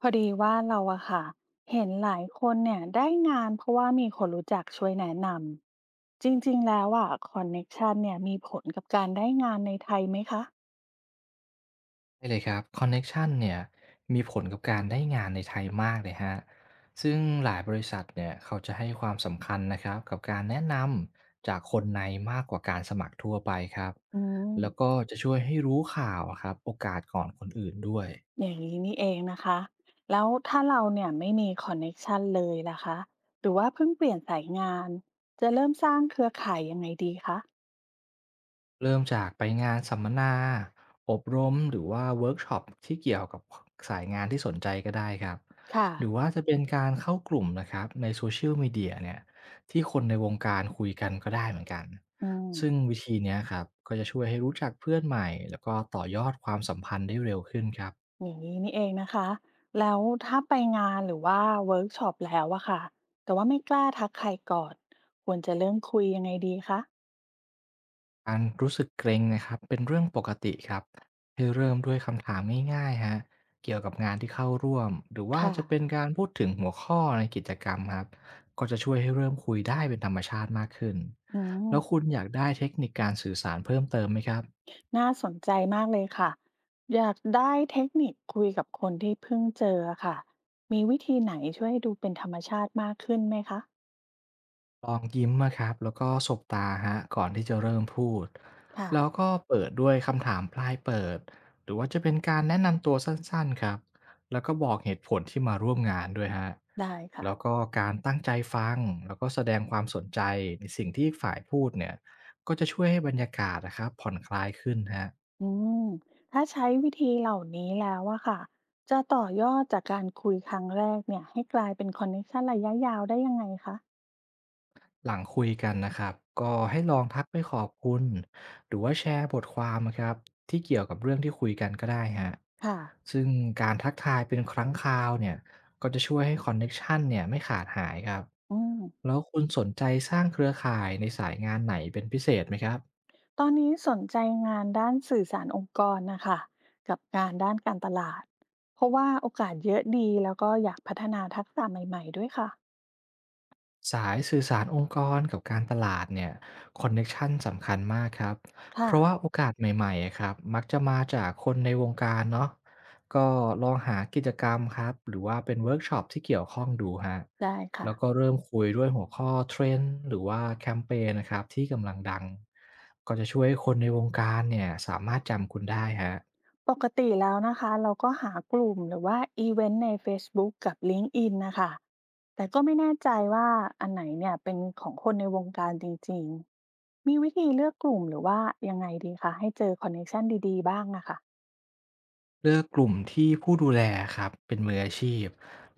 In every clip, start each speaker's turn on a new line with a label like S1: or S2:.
S1: พอดีว่าเราอะค่ะเห็นหลายคนเนี่ยได้งานเพราะว่ามีคนรู้จักช่วยแนะนำจริงๆแล้วอะคอนเน็กชันเนี่ยมีผลกับการได้งานในไทยไหมคะ
S2: ใช่เลยครับคอนเน็กชันเนี่ยมีผลกับการได้งานในไทยมากเลยฮะซึ่งหลายบริษัทเนี่ยเขาจะให้ความสำคัญนะครับกับการแนะนำจากคนในมากกว่าการสมัครทั่วไปครับ
S1: อืม
S2: แล้วก็จะช่วยให้รู้ข่าวอะครับโอกาสก่อนคนอื่นด้วย
S1: อย่างนี้นี่เองนะคะแล้วถ้าเราเนี่ยไม่มีคอนเน็กชันเลยล่ะคะหรือว่าเพิ่งเปลี่ยนสายงานจะเริ่มสร้างเครือข่ายยังไงดีคะ
S2: เริ่มจากไปงานสัมมนาอบรมหรือว่าเวิร์กช็อปที่เกี่ยวกับสายงานที่สนใจก็ได้ครับ
S1: ค่ะ
S2: หรือว่าจะเป็นการเข้ากลุ่มนะครับในโซเชียลมีเดียเนี่ยที่คนในวงการคุยกันก็ได้เหมือนกัน
S1: อืม
S2: ซึ่งวิธีเนี้ยครับก็จะช่วยให้รู้จักเพื่อนใหม่แล้วก็ต่อยอดความสัมพันธ์ได้เร็วขึ้นครับ
S1: อย่างนี้นี่เองนะคะแล้วถ้าไปงานหรือว่าเวิร์กช็อปแล้วอะค่ะแต่ว่าไม่กล้าทักใครก่อนควรจะเริ่มคุยยังไงดีคะ
S2: การรู้สึกเกรงนะครับเป็นเรื่องปกติครับให้เริ่มด้วยคำถามง่ายๆฮะเกี่ยวกับงานที่เข้าร่วมหรือว่า
S1: ค่ะ
S2: จะเป็นการพูดถึงหัวข้อในกิจกรรมครับก็จะช่วยให้เริ่มคุยได้เป็นธรรมชาติมากขึ้น
S1: อืม
S2: แล้วคุณอยากได้เทคนิคการสื่อสารเพิ่มเติมไหมครับ
S1: น่าสนใจมากเลยค่ะอยากได้เทคนิคคุยกับคนที่เพิ่งเจอค่ะมีวิธีไหนช่วยให้ดูเป็นธรรมชาติมากขึ้นไหมคะ
S2: ลองยิ้มนะครับแล้วก็สบตาครับก่อนที่จะเริ่มพูด
S1: ค่ะ
S2: แล้วก็เปิดด้วยคำถามปลายเปิดหรือว่าจะเป็นการแนะนำตัวสั้นๆครับแล้วก็บอกเหตุผลที่มาร่วมงานด้วยฮะ
S1: ได้ค่ะ
S2: แล้วก็การตั้งใจฟังแล้วก็แสดงความสนใจในสิ่งที่ฝ่ายพูดเนี่ยก็จะช่วยให้บรรยากาศนะครับผ่อนคลายขึ้นฮะ
S1: อืมถ้าใช้วิธีเหล่านี้แล้วอะค่ะจะต่อยอดจากการคุยครั้งแรกเนี่ยให้กลายเป็นคอนเนคชั่นระยะยาวได้ยังไงคะ
S2: หลังคุยกันนะครับก็ให้ลองทักไปขอบคุณหรือว่าแชร์บทความนะครับที่เกี่ยวกับเรื่องที่คุยกันก็ได้ฮะ
S1: ค่ะ
S2: ซึ่งการทักทายเป็นครั้งคราวเนี่ยก็จะช่วยให้คอนเน็กชันเนี่ยไม่ขาดหายครับ
S1: อืม
S2: แล้วคุณสนใจสร้างเครือข่ายในสายงานไหนเป็นพิเศษไหมครับ
S1: ตอนนี้สนใจงานด้านสื่อสารองค์กรนะคะ กับงานด้านการตลาด เพราะว่าโอกาสเยอะดีแล้วก็อยากพัฒนาทักษะใหม่ๆด้วยค่ะ
S2: สายสื่อสารองค์กรกับการตลาดเนี่ยคอนเน็กชันสำคัญมากครับเพ
S1: ค่ะ
S2: ราะว่าโอกาสใหม่ๆอะครับมักจะมาจากคนในวงการเนาะก็ลองหากิจกรรมครับหรือว่าเป็นเวิร์กช็อปที่เกี่ยวข้องดูฮะ
S1: ได้ค่ะ
S2: แล้วก็เริ่มคุยด้วยหัวข้อเทรนด์หรือว่าแคมเปญนะครับที่กำลังดังก็จะช่วยคนในวงการเนี่ยสามารถจำคุณได้ฮะ
S1: ปกติแล้วนะคะเราก็หากลุ่มหรือว่าอีเวนต์ใน Facebook กกับ LinkedIn นนะคะ แต่ก็ไม่แน่ใจว่าอันไหนเนี่ยเป็นของคนในวงการจริงๆ มีวิธีเลือกกลุ่มหรือว่ายังไงดีคะให้เจอคอนเนคชันดีๆบ้างนะคะ
S2: เลือกกลุ่มที่ผู้ดูแลครับเป็นมืออาชีพ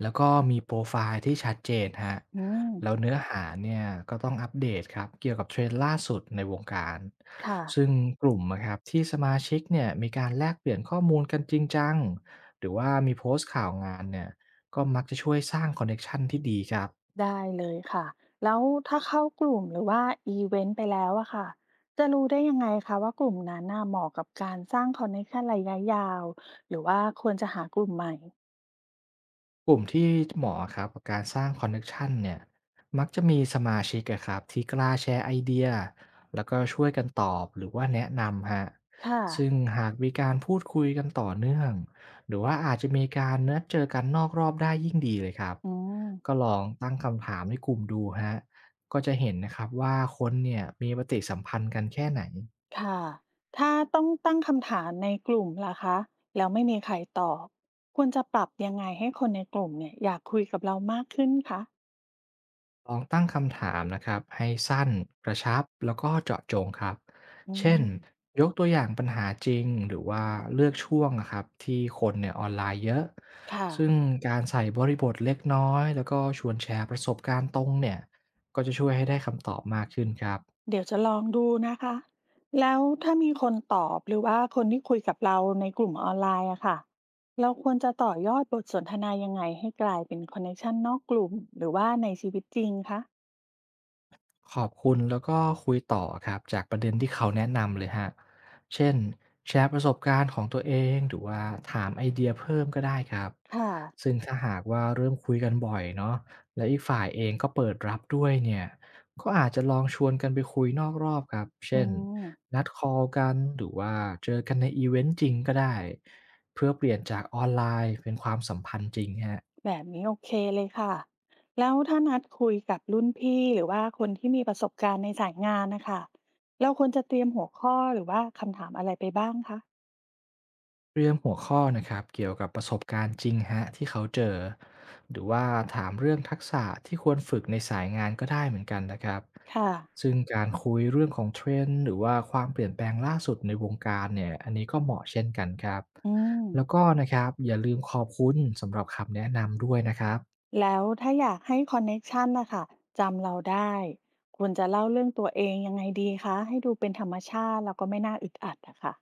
S2: แล้วก็มีโปรไฟล์ที่ชัดเจนฮะ
S1: อืม
S2: แล้วเนื้อหาเนี่ยก็ต้องอัปเดตครับเกี่ยวกับเทรนด์ล่าสุดในวงการ
S1: ค่ะ
S2: ซึ่งกลุ่มนะครับที่สมาชิกเนี่ยมีการแลกเปลี่ยนข้อมูลกันจริงจังหรือว่ามีโพสต์ข่าวงานเนี่ยก็มักจะช่วยสร้างคอนเนคชันที่ดีครับ
S1: ได้เลยค่ะแล้วถ้าเข้ากลุ่มหรือว่าอีเวนต์ไปแล้วอะค่ะจะรู้ได้ยังไงคะว่ากลุ่มนั้นน่ะเหมาะกับการสร้างคอนเนคชันระยะยาวหรือว่าควรจะหากลุ่มใหม่
S2: กลุ่มที่เหมาะครับกับการสร้างคอนเน็ชันเนี่ยมักจะมีสมาชิกอะครับที่กล้าแชร์ไอเดียแล้วก็ช่วยกันตอบหรือว่าแนะนำฮะ
S1: ค่ะ
S2: ซึ่งหากมีการพูดคุยกันต่อเนื่องหรือว่าอาจจะมีการนัดเจอกันนอกรอบได้ยิ่งดีเลยครับ
S1: อืม
S2: ก็ลองตั้งคำถามในกลุ่มดูฮะก็จะเห็นนะครับว่าคนเนี่ยมีปฏิสัมพันธ์กันแค่ไหน
S1: ค่ะถ้าต้องตั้งคำถามในกลุ่มล่ะคะแล้วไม่มีใครตอบควรจะปรับยังไงให้คนในกลุ่มเนี่ยอยากคุยกับเรามากขึ้นคะ
S2: ลองตั้งคำถามนะครับให้สั้นกระชับแล้วก็เจาะจงครับ
S1: อื
S2: เช่น
S1: ม
S2: ยกตัวอย่างปัญหาจริงหรือว่าเลือกช่วงนะครับที่คนเนี่ยออนไลน์เยอะ
S1: ค่ะ
S2: ซึ่งการใส่บริบทเล็กน้อยแล้วก็ชวนแชร์ประสบการณ์ตรงเนี่ยก็จะช่วยให้ได้คำตอบมากขึ้นครับ
S1: เดี๋ยวจะลองดูนะคะ แล้วถ้ามีคนตอบหรือว่าคนที่คุยกับเราในกลุ่มออนไลน์อะค่ะ เราควรจะต่อยอดบทสนทนายังไงให้กลายเป็นคอนเนคชันนอกกลุ่มหรือว่าในชีวิตจริงคะ
S2: ขอบคุณแล้วก็คุยต่อครับจากประเด็นที่เขาแนะนำเลยฮะเช่นแชร์ประสบการณ์ของตัวเองหรือว่าถามไอเดียเพิ่มก็ได้ครับ
S1: ค่ะ
S2: ซึ่งถ้าหากว่าเริ่มคุยกันบ่อยเนาะและอีกฝ่ายเองก็เปิดรับด้วยเนี่ยก็อาจจะลองชวนกันไปคุยนอกรอบครับ
S1: อื
S2: เช่น
S1: ม
S2: นัดคอลกันหรือว่าเจอกันในอีเวนต์จริงก็ได้เพื่อเปลี่ยนจากออนไลน์เป็นความสัมพันธ์จริงฮะ
S1: แบบนี้โอเคเลยค่ะแล้วถ้านัดคุยกับรุ่นพี่หรือว่าคนที่มีประสบการณ์ในสายงานนะคะ เราควรจะเตรียมหัวข้อหรือว่าคำถามอะไรไปบ้างคะ
S2: เตรียมหัวข้อนะครับเกี่ยวกับประสบการณ์จริงฮะที่เขาเจอหรือว่าถามเรื่องทักษะที่ควรฝึกในสายงานก็ได้เหมือนกันนะครับ
S1: ค่ะ
S2: ซึ่งการคุยเรื่องของเทรนด์หรือว่าความเปลี่ยนแปลงล่าสุดในวงการเนี่ยอันนี้ก็เหมาะเช่นกันครับ
S1: อืม
S2: แล้วก็นะครับอย่าลืมขอบคุณสำหรับคำแนะนำด้วยนะครับ
S1: แล้วถ้าอยากให้คอนเน็กชันนะคะจำเราได้ควรจะเล่าเรื่องตัวเองยังไงดีคะให้ดูเป็นธรรมชาติแล้วก็ไม่น่าอึดอัดอะค่ะ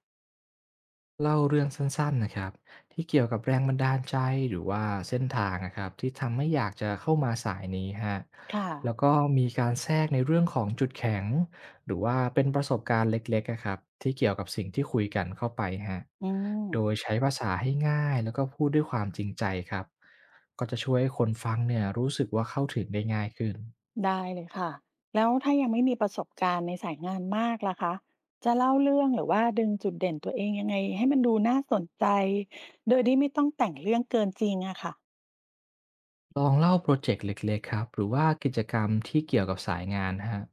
S2: เล่าเรื่องสั้นๆนะครับที่เกี่ยวกับแรงบันดาลใจหรือว่าเส้นทางนะครับที่ทำให้อยากจะเข้ามาสายนี้ฮะ
S1: ค่ะ
S2: แล้วก็มีการแทรกในเรื่องของจุดแข็งหรือว่าเป็นประสบการณ์เล็กๆอะครับที่เกี่ยวกับสิ่งที่คุยกันเข้าไปฮร
S1: อื
S2: โดย
S1: ม
S2: ใช้ภาษาให้ง่ายแล้วก็พูดด้วยความจริงใจครับก็จะช่วยให้คนฟังเนี่ยรู้สึกว่าเข้าถึงได้ง่ายขึ้น
S1: ได้เลยค่ะแล้วถ้ายังไม่มีประสบการณ์ในสายงานมากล่ะคะจะเล่าเรื่องหรือว่าดึงจุดเด่นตัวเองยังไงให้มันดูน่าสนใจโดยที่ไม่ต้องแต่งเรื่องเกินจริงอะค่ะ
S2: ลองเล่าโปรเจกต์เล็กๆครับหรือว่ากิจกรรมที่เกี่ยวกับสายงานฮะ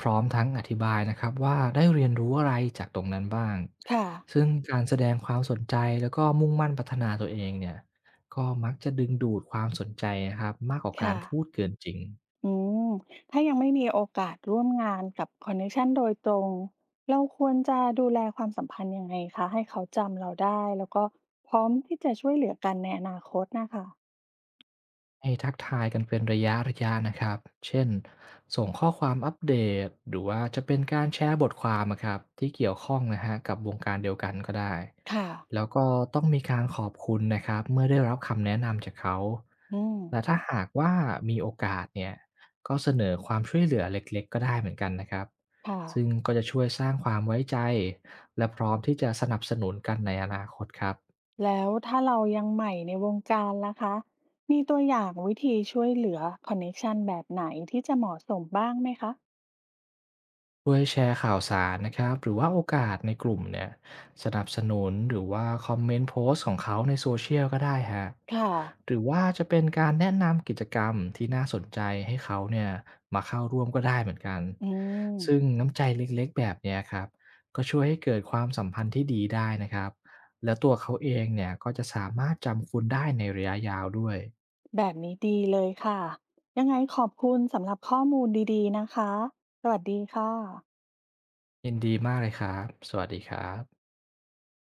S2: พร้อมทั้งอธิบายนะครับว่าได้เรียนรู้อะไรจากตรงนั้นบ้าง
S1: ค่ะ
S2: ซึ่งการแสดงความสนใจแล้วก็มุ่งมั่นพัฒนาตัวเองเนี่ยก็มักจะดึงดูดความสนใจนะครับมากกว่ากา
S1: ค่ะ
S2: รพูดเกินจริง
S1: อืมถ้ายังไม่มีโอกาสร่วมงานกับคอนเนคชันโดยตรง เราควรจะดูแลความสัมพันธ์ยังไงคะให้เขาจำเราได้แล้วก็พร้อมที่จะช่วยเหลือกันในอนาคตน่ะคะ
S2: ให้ทักทายกันเป็นระยะๆนะครับเช่นส่งข้อความอัปเดตหรือว่าจะเป็นการแชร์บทความอะครับที่เกี่ยวข้องนะฮะับกับวงการเดียวกันก็ได้
S1: ค่ะ
S2: แล้วก็ต้องมีการขอบคุณนะครับเมื่อได้รับคำแนะนำจากเขา
S1: อืม
S2: และถ้าหากว่ามีโอกาสเนี่ยก็เสนอความช่วยเหลือเล็กๆก็ได้เหมือนกันนะครับ
S1: ค่ะ
S2: ซึ่งก็จะช่วยสร้างความไว้ใจและพร้อมที่จะสนับสนุนกันในอนาคตครับ
S1: แล้วถ้าเรายังใหม่ในวงการล่ะคะมีตัวอย่างวิธีช่วยเหลือคอนเนคชันแบบไหนที่จะเหมาะสมบ้างไหมคะ
S2: ช่วยแชร์ข่าวสารนะครับหรือว่าโอกาสในกลุ่มเนี่ยสนับสนุนหรือว่าคอมเมนต์โพสต์ของเขาในโซเชียลก็ได้ฮะ
S1: ค่ะ
S2: หรือว่าจะเป็นการแนะนำกิจกรรมที่น่าสนใจให้เขาเนี่ยมาเข้าร่วมก็ได้เหมือนกัน
S1: อืม
S2: ซึ่งน้ำใจเล็กๆแบบเนี้ยครับก็ช่วยให้เกิดความสัมพันธ์ที่ดีได้นะครับแล้วตัวเขาเองเนี่ยก็จะสามารถจำคุณได้ในระยะยาวด้วย
S1: แบบนี้ดีเลยค่ะยังไงขอบคุณสำหรับข้อมูลดีๆนะคะสวัสดีค่ะ
S2: ยินดีมากเลยครับสวัสดีครับ